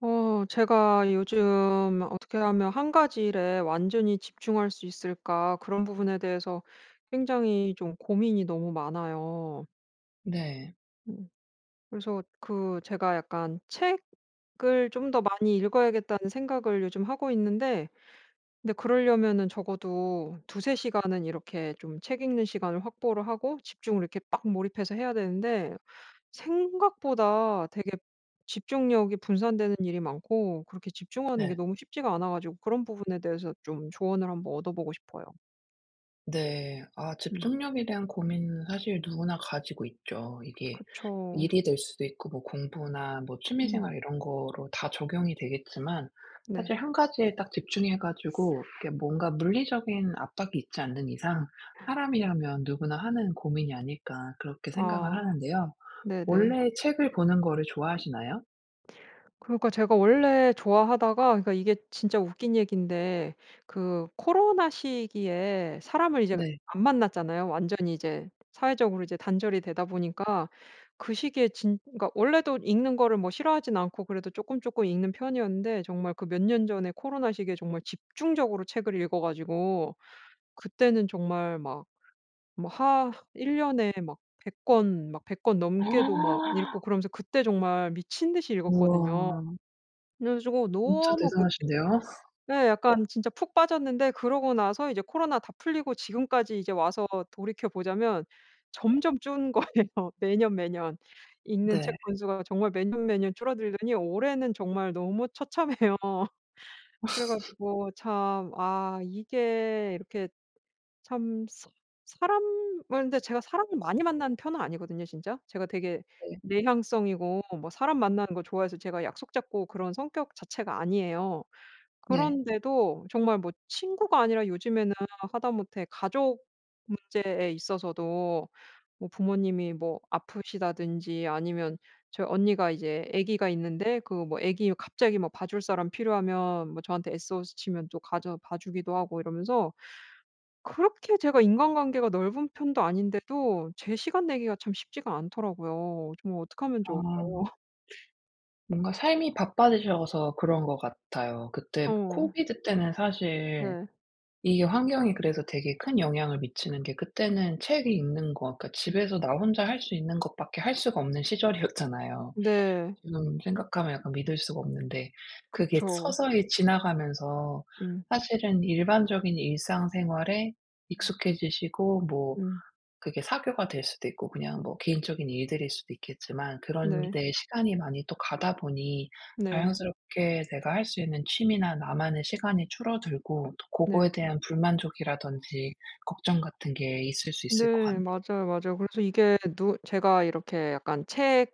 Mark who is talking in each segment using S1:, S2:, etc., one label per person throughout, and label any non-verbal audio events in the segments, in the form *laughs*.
S1: 제가 요즘 '어떻게 하면 한 가지 일에 완전히 집중할 수 있을까?' 그런 부분에 대해서 굉장히 좀 고민이 너무 많아요.
S2: 네.
S1: 음 그래서 그 제가 약간 책을 좀 더 많이 읽어야겠다는 생각을 요즘 하고 있는데, 근데 그러려면은 적어도 두세 시간은 이렇게 좀 책 읽는 시간을 확보를 하고 집중을 이렇게 빡 몰입해서 해야 되는데, 생각보다 되게 집중력이 분산되는 일이 많고 그렇게 집중하는 게
S2: 네.
S1: 너무 쉽지가 않아 가지고, 그런 부분에 대해서 좀 조언을 한번 얻어보고 싶어요.
S2: 네. 아,
S1: 음.
S2: 집중력에 대한 고민은 사실 누구나 가지고 있죠. 이게
S1: 그쵸.
S2: 일이 될 수도 있고 뭐 공부나 뭐
S1: 음.
S2: 취미생활 이런 거로 다 적용이 되겠지만,
S1: 네.
S2: 사실 한 가지에 딱 집중해 가지고 이렇게 뭔가 물리적인 압박이 있지 않는 이상
S1: 음.
S2: 사람이라면 누구나 하는 고민이 아닐까 그렇게 생각을
S1: 아.
S2: 하는데요.
S1: 네네.
S2: 원래 책을 보는 거를 좋아하시나요?
S1: 그러니까 제가 원래 좋아하다가, 그러니까 이게 진짜 웃긴 얘기인데, 그 코로나 시기에 사람을 이제
S2: 네.
S1: 안 만났잖아요. 완전히 이제 사회적으로 이제 단절이 되다 보니까 그 시기에 진 그러니까 원래도 읽는 거를 뭐 싫어하진 않고 그래도 조금 조금 읽는 편이었는데, 정말 그 몇 년 전에 코로나 시기에 정말 집중적으로 책을 읽어 가지고 그때는 정말 막 뭐 하 1 년에 막 100 권막 백 권 넘게도 막
S2: *gasps*
S1: 읽고 그러면서 그때 정말 미친 듯이
S2: 우와.
S1: 읽었거든요. 그래 가지고
S2: 진짜
S1: 너무 그때
S2: 대단하신데요.
S1: 예 약간 진짜 푹 빠졌는데, 그러고 나서 이제 코로나 다 풀리고 지금까지 이제 와서 돌이켜 보자면 점점 준 *laughs* 거예요. 매년, 매년. 읽는
S2: 네.
S1: 책 권수가 정말 매년, 매년 줄어들더니 올해는 정말 너무 처참해요. *laughs* 그래 가지고 참 아 이게 이렇게 참 사 사람을, 근데 제가 사람을 많이 만나는 편은 아니거든요 진짜. 제가 되게
S2: 네.
S1: 내향성이고, 뭐 사람 만나는 거 좋아해서 제가 약속 잡고 그런 성격 자체가 아니에요.
S2: 네.
S1: 그런데도 정말 뭐 친구가 아니라 요즘에는 하다못해 가족 문제에 있어서도 뭐 부모님이 뭐 아프시다든지, 아니면 저희 언니가 이제 아기가 있는데 그 뭐 아기 갑자기 뭐 봐줄 사람 필요하면 뭐 저한테 SOS 치면 또 가져 봐 주기도 하고 이러면서, 그렇게 제가 인간관계가 넓은 편도 아닌데도 제 시간 내기가 참 쉽지가 않더라고요. 정말 어게하면 좋을까?
S2: 아. 뭔가 삶이 바빠지셔서 그런 것 같아요. 그때
S1: 어.
S2: 코비드 때는 사실
S1: 네.
S2: 이게 환경이 그래서 되게 큰 영향을 미치는 게, 그때는 책 읽는 거 그러니까
S1: 음.
S2: 집에서 나 혼자 할 수 있는 것밖에 할 수가 없는 시절이었잖아요.
S1: 네.
S2: 지금 생각하면 약간 믿을 수가 없는데 그게
S1: 그쵸.
S2: 서서히 지나가면서
S1: 음.
S2: 사실은 일반적인 일상생활에 익숙해지시고, 뭐
S1: 음.
S2: 그게 사교가 될 수도 있고 그냥 뭐 개인적인 일들일 수도 있겠지만 그런
S1: 네.
S2: 데 시간이 많이 또 가다 보니
S1: 네.
S2: 자연스럽게 내가 할 수 있는 취미나 나만의 시간이 줄어들고 또 그거
S1: 네.
S2: 에 대한 불만족이라든지 걱정 같은 게 있을 수 있을 것
S1: 네.
S2: 같네요.
S1: 맞아요, 맞아요. 그래서 이게 누 제가 이렇게 약간 책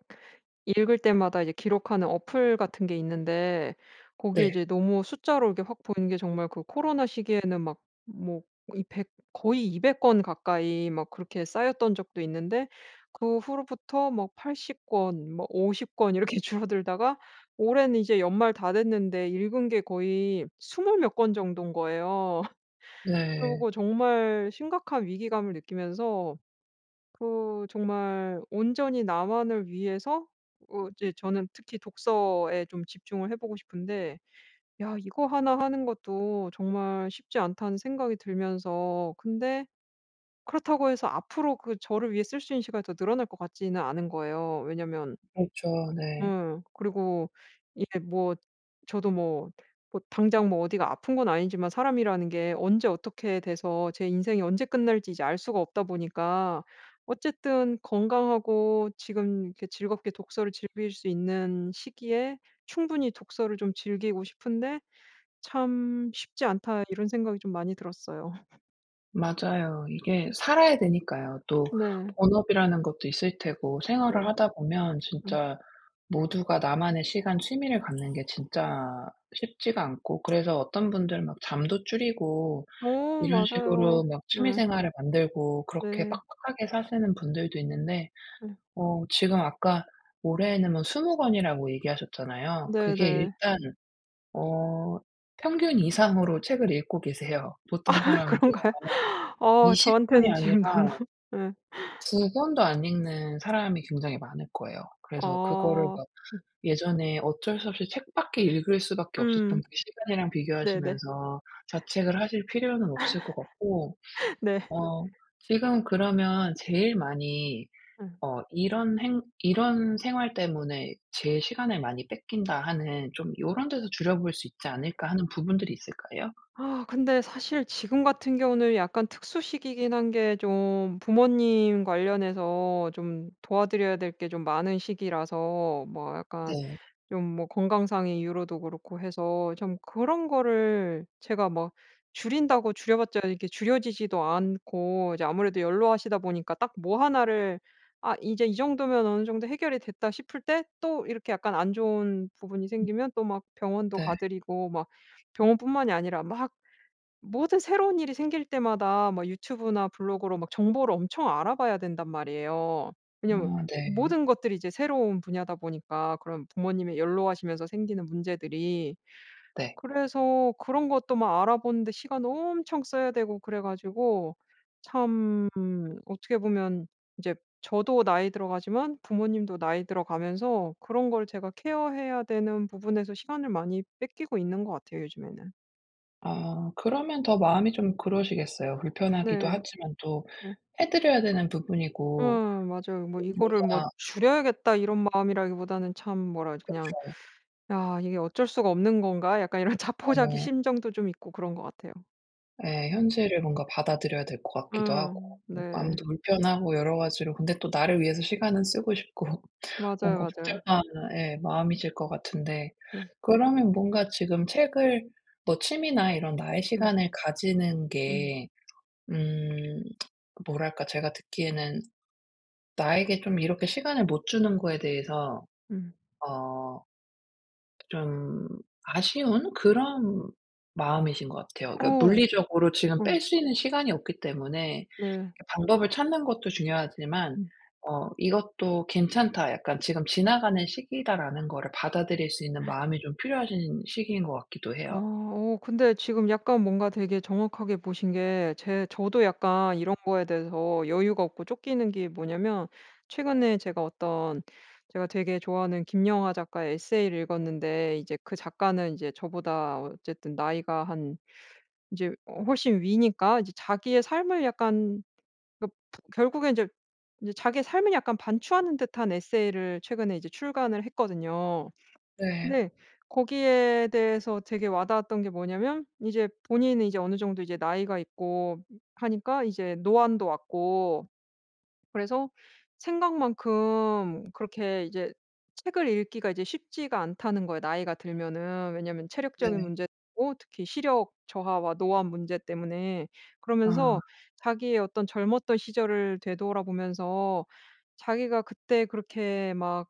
S1: 읽을 때마다 이제 기록하는 어플 같은 게 있는데, 거기에
S2: 네.
S1: 이제 너무 숫자로 이렇게 확 보이는 게, 정말 그 코로나 시기에는 막 뭐 이 백 거의 200권 가까이 막 그렇게 쌓였던 적도 있는데, 그 후로부터 막 팔십 권, 뭐 오십 권 이렇게 *laughs* 줄어들다가 올해는 이제 연말 다 됐는데 읽은 게 거의 스물 몇 권 정도인 거예요. *laughs*
S2: 네.
S1: 그러고 정말 심각한 위기감을 느끼면서, 그 정말 온전히 나만을 위해서 이제 저는 특히 독서에 좀 집중을 해 보고 싶은데, 야 이거 하나 하는 것도 정말 쉽지 않다는 생각이 들면서, 근데 그렇다고 해서 앞으로 그 저를 위해 쓸 수 있는 시간이 더 늘어날 것 같지는 않은 거예요. 왜냐면
S2: 그렇죠. 네.
S1: 예. 그리고 이게 뭐 저도 뭐 뭐 당장 뭐 어디가 아픈 건 아니지만 사람이라는 게 언제 어떻게 돼서 제 인생이 언제 끝날지 이제 알 수가 없다 보니까 어쨌든 건강하고 지금 이렇게 즐겁게 독서를 즐길 수 있는 시기에 충분히 독서를 좀 즐기고 싶은데 '참 쉽지 않다.' 이런 생각이 좀 많이 들었어요. *laughs*
S2: 맞아요. 이게 살아야 되니까요. 또
S1: 네.
S2: 본업이라는 것도 있을 테고 생활을
S1: 네.
S2: 하다 보면
S1: 음.
S2: 진짜 모두가 나만의 시간, 취미를 갖는 게 진짜 쉽지가 않고, 그래서 어떤 분들은 막 잠도 줄이고
S1: 어
S2: 이런
S1: 맞아요.
S2: 식으로 막 취미
S1: 네.
S2: 생활을 만들고 그렇게
S1: 네.
S2: 빡빡하게 사시는 분들도 있는데,
S1: 네.
S2: 지금 아까 올해에는 뭐 20권 권이라고 얘기하셨잖아요. 그게
S1: 네네.
S2: 일단 어 평균 이상으로 책을 읽고 계세요. 보통 사람들
S1: 그런가요?
S2: 아마
S1: *laughs* 어
S2: 20번 번이
S1: 저한테는
S2: 아니라
S1: 지금 너무 *laughs* 예.
S2: 2번 번도 안 읽는 사람이 굉장히 많을 거예요. 그래서 그거를
S1: 어.
S2: 막 예전에 어쩔 수 없이 책밖에 읽을 수밖에 없었던
S1: 음.
S2: 그 시간이랑
S1: 네네.
S2: 비교하시면서 자책을 하실 필요는 없을 것 같고,
S1: 네.
S2: 어 지금 그러면 제일 많이
S1: 음.
S2: 이런 생활 때문에 제 시간을 많이 뺏긴다.' 하는 좀 요런 데서 줄여볼 수 있지 않을까 하는 부분들이 있을까요?
S1: 아 근데 사실 지금 같은 경우는 약간 특수 시기긴 한 게, 좀 부모님 관련해서 좀 도와드려야 될 게 좀 많은 시기라서 뭐 약간
S2: 네.
S1: 좀 뭐 건강상의 이유로도 그렇고 해서, 좀 그런 거를 제가 막 줄인다고 줄여 봤자 이게 줄여지지도 않고, 이제 아무래도 연로하시다 보니까 딱 뭐 하나를 '아 이제 이 정도면 어느 정도 해결이 됐다.' 싶을 때 또 이렇게 약간 안 좋은 부분이 생기면 또 막 병원도
S2: 네.
S1: 가드리고 막 병원뿐만이 아니라 막 모든 새로운 일이 생길 때마다 막 유튜브나 블로그로 막 정보를 엄청 알아봐야 된단 말이에요. 왜냐면
S2: 아 네.
S1: 모든 것들이 이제 새로운 분야다 보니까, 그런 부모님의 연로하시면서 생기는 문제들이.
S2: 네.
S1: 그래서 그런 것도 막 알아보는데 시간 엄청 써야 되고, 그래 가지고 참 어떻게 보면 이제 저도 나이 들어가지만 부모님도 나이 들어가면서 그런 걸 제가 케어해야 되는 부분에서 시간을 많이 뺏기고 있는 것 같아요 요즘에는.
S2: 아, 그러면 더 마음이 좀 그러시겠어요. 불편하기도
S1: 네.
S2: 하지만 또 해 드려야 되는 부분이고
S1: 응 맞아요. 뭐 이거를 뭐
S2: 뭔가
S1: '줄여야겠다.' 이런 마음이라기보다는, 참 뭐라 그냥
S2: 그
S1: '야 이게 어쩔 수가 없는 건가?' 약간 이런 *laughs* 자포자기
S2: 예.
S1: 심정도 좀 있고 그런 것 같아요.
S2: 예.
S1: 음.
S2: 현실을 뭔가 받아들여야 될 것 같기도 하고
S1: 음.
S2: 뭐
S1: 네.
S2: 마음도 불편하고 여러 가지로, 근데 또 나를 위해서 시간은 쓰고 싶고 *laughs*
S1: 맞아요,
S2: 뭔가
S1: 맞아요.
S2: 복잡한 예 마음이실 것 같은데,
S1: 네.
S2: 그러면 뭔가 지금 책을 뭐 취미나 이런 나의
S1: 음.
S2: 시간을 가지는
S1: 음.
S2: 게, 음 뭐랄까 제가 듣기에는 나에게 좀 이렇게 시간을 못 주는 거에 대해서
S1: 음.
S2: 어 좀 아쉬운 그런 마음이신 것 같아요. 그러니까
S1: 오
S2: 물리적으로 지금
S1: 어.
S2: 뺄 수 있는 시간이 없기 때문에
S1: 네.
S2: 그 방법을 찾는 것도 중요하지만,
S1: 음.
S2: '이것도 괜찮다. 약간 지금 지나가는 시기다.'라는 거를 받아들일 수 있는 마음이 좀 필요하신 시기인 것 같기도
S1: 아
S2: 해요.
S1: 근데 지금 약간 뭔가 되게 정확하게 보신 게, 제 저도 약간 이런 거에 대해서 여유가 없고 쫓기는 게 뭐냐면, 최근에 제가 어떤 제가 되게 좋아하는 김영하 작가의 에세이를 읽었는데, 이제 그 작가는 이제 저보다 어쨌든 나이가 한 이제 훨씬 위니까 이제 자기의 삶을 약간 그 결국에 이제제 자기의 삶을 약간 반추하는 듯한 에세이를 최근에 이제 출간을 했거든요.
S2: 네.
S1: 네. 거기에 대해서 되게 와닿았던 게 뭐냐면, 이제 본인은 이제 어느 정도 이제 나이가 있고 하니까 이제 노안도 왔고 그래서 생각만큼 그렇게 이제 책을 읽기가 이제 쉽지가 않다는 거예요, 나이가 들면은. 왜냐면 체력적인
S2: 네.
S1: 문제도 있고 특히 시력 저하와 노안 문제 때문에.
S2: 아.
S1: 그러면서 자기의 어떤 젊었던 시절을 되돌아보면서, 자기가 그때 그렇게 막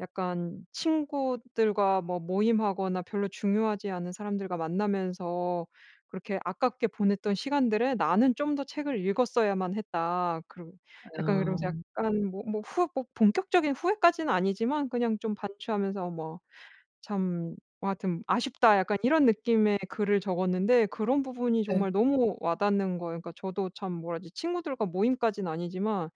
S1: 약간 친구들과 뭐 모임하거나 별로 중요하지 않은 사람들과 만나면서 그렇게 아깝게 보냈던 시간들에 '나는 좀 더 책을 읽었어야만 했다.' 그러
S2: 아.
S1: 약간 그러면서 약간 뭐 뭐 후 뭐 본격적인 후회까지는 아니지만 그냥 좀 반추하면서 뭐 '참 뭐 하여튼 아쉽다.' 약간 이런 느낌의 글을 적었는데, 그런 부분이
S2: 네.
S1: 정말 너무 와 닿는 거예요. 그러니까 저도 참 뭐라 하지, 친구들과 모임까지는 아니지만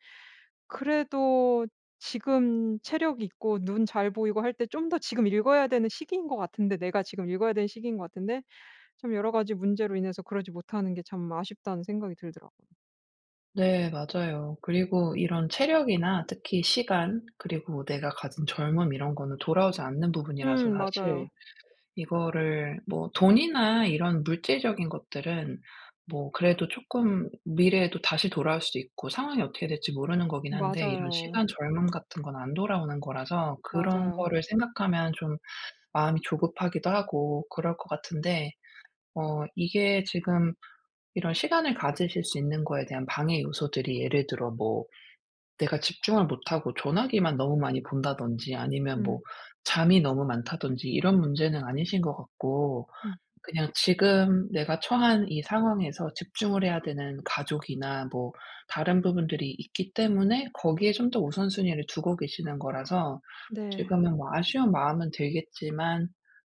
S1: 그래도 지금 체력 있고 눈 잘 보이고 할 때 좀 더 지금 읽어야 되는 시기인 것 같은데, 내가 지금 읽어야 되는 시기인 것 같은데 참 여러 가지 문제로 인해서 그러지 못하는 게 참 아쉽다는 생각이 들더라고요.
S2: 네, 맞아요. 그리고 이런 체력이나 특히 시간, 그리고 내가 가진 젊음 이런 거는 돌아오지 않는 부분이라서, 사실
S1: 맞아요.
S2: 이거를 뭐 돈이나 이런 물질적인 것들은 뭐 그래도 조금 미래에도 다시 돌아올 수도 있고 상황이 어떻게 될지 모르는 거긴 한데, 이런
S1: 맞아요.
S2: 시간, 젊음 같은 건 안 돌아오는 거라서 그런
S1: 맞아요.
S2: 거를 생각하면 좀 마음이 조급하기도 하고 그럴 것 같은데, 이게 지금 이런 시간을 가지실 수 있는 거에 대한 방해 요소들이, 예를 들어 뭐 내가 집중을 못하고 전화기만 너무 많이 본다든지 아니면 뭐
S1: 음.
S2: 잠이 너무 많다든지 이런 문제는 아니신 것 같고,
S1: 음.
S2: 그냥 지금 내가 처한 이 상황에서 집중을 해야 되는 가족이나 뭐 다른 부분들이 있기 때문에 거기에 좀 더 우선순위를 두고 계시는 거라서
S1: 네.
S2: 지금은 뭐 아쉬운 마음은 들겠지만,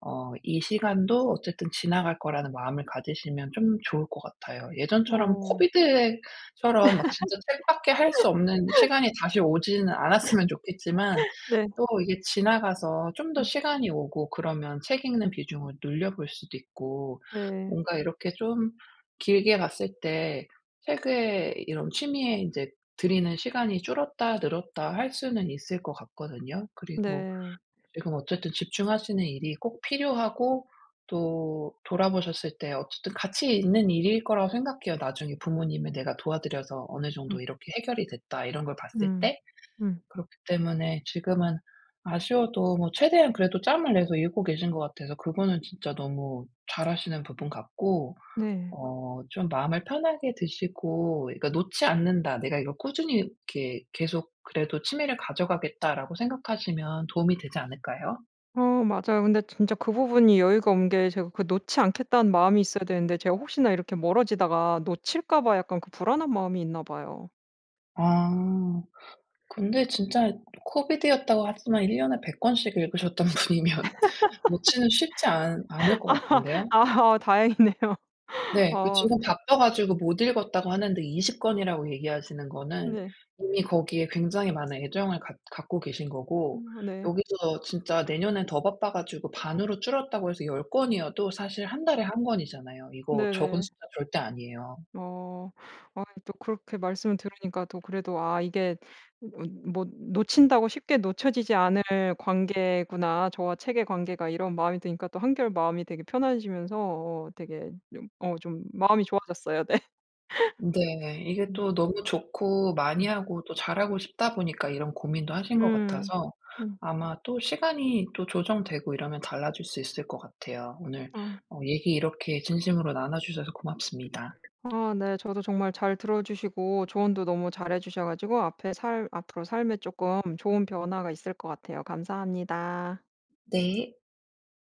S2: 이 시간도 어쨌든 지나갈 거라는 마음을 가지시면 좀 좋을 것 같아요. 예전처럼
S1: 어.
S2: 코비드처럼 막 진짜 책밖에 할 수 없는 시간이 다시 오지는 않았으면 좋겠지만,
S1: 네.
S2: 또 이게 지나가서 좀 더
S1: 음
S2: 시간이 오고 그러면 책 읽는
S1: 음.
S2: 비중을 늘려볼 수도 있고,
S1: 네.
S2: 뭔가 이렇게 좀 길게 봤을 때 책에 이런 취미에 인제 들이는 시간이 줄었다 늘었다 할 수는 있을 것 같거든요. 그리고
S1: 네.
S2: 지금 어쨌든 집중하시는 일이 꼭 필요하고, 또 돌아보셨을 때 어쨌든 가치 있는 일일 거라고 생각해요. 나중에 부모님을 내가 도와드려서 어느 정도
S1: 음.
S2: 이렇게 해결이 됐다 이런 걸 봤을
S1: 음.
S2: 때.
S1: 음.
S2: 그렇기 때문에 지금은 아쉬워도 뭐 최대한 그래도 짬을 내서 읽고 계신 것 같아서 그거는 진짜 너무 잘하시는 부분 같고,
S1: 네.
S2: 좀 마음을 편하게 드시고, 그러니까 '놓지 않는다. 내가 이걸 꾸준히 이렇게 계속 그래도 취미를 가져가겠다.'라고 생각하시면 도움이 되지 않을까요?
S1: 어 맞아요. 근데 진짜 그 부분이 여유가 온 게, 제가 그 놓지 않겠다는 마음이 있어야 되는데 제가 혹시나 이렇게 멀어지다가 놓칠까 봐 약간 그 불안한 마음이 있나 봐요.
S2: 아. 근데 진짜 코비드였다고 하지만 1년 년에 100권 권씩 읽으셨던 *laughs* 분이면 놓지는 쉽지 않 않을 것
S1: *laughs*
S2: 같은데요?
S1: 아 다행이네요.
S2: 네. 그
S1: 아
S2: 지금 바빠 가지고 못 읽었다고 하는데 20권 권이라고 얘기하시는 거는
S1: 네.
S2: 이미 거기에 굉장히 많은 애정을 갖 갖고 계신 거고,
S1: 네.
S2: 여기서 진짜 내년에 더 바빠 가지고 반으로 줄었다고 해서 10권 권이어도 사실 한 달에 한 권이잖아요. 이거 적은
S1: 네네.
S2: 숫자 절대 아니에요.
S1: 어. 아 또 그렇게 말씀을 들으니까 또 그래도 '아 이게 어 뭐 놓친다고 쉽게 놓쳐지지 않을 관계구나. 저와 책의 관계가.' 이런 마음이 드니까 또 한결 마음이 되게 편안해지면서 되게 좀 좀 마음이 좋아졌어요. *laughs* 네.
S2: 네. 이게
S1: 음.
S2: 또 너무 좋고 많이
S1: 음.
S2: 하고 또 잘하고 싶다 보니까 이런 고민도 하신 것
S1: 음.
S2: 같아서
S1: 음.
S2: 아마 또 시간이 또 조정되고 이러면 달라질 수 있을 것 같아요. 오늘
S1: 아.
S2: 얘기 이렇게 진심으로 나눠 주셔서 고맙습니다.
S1: 아 네. 저도 정말 잘 들어 주시고 조언도 너무 잘해 주셔 가지고 앞에 살 앞으로 삶에 조금 좋은 변화가 있을 것 같아요. 감사합니다.
S2: 네.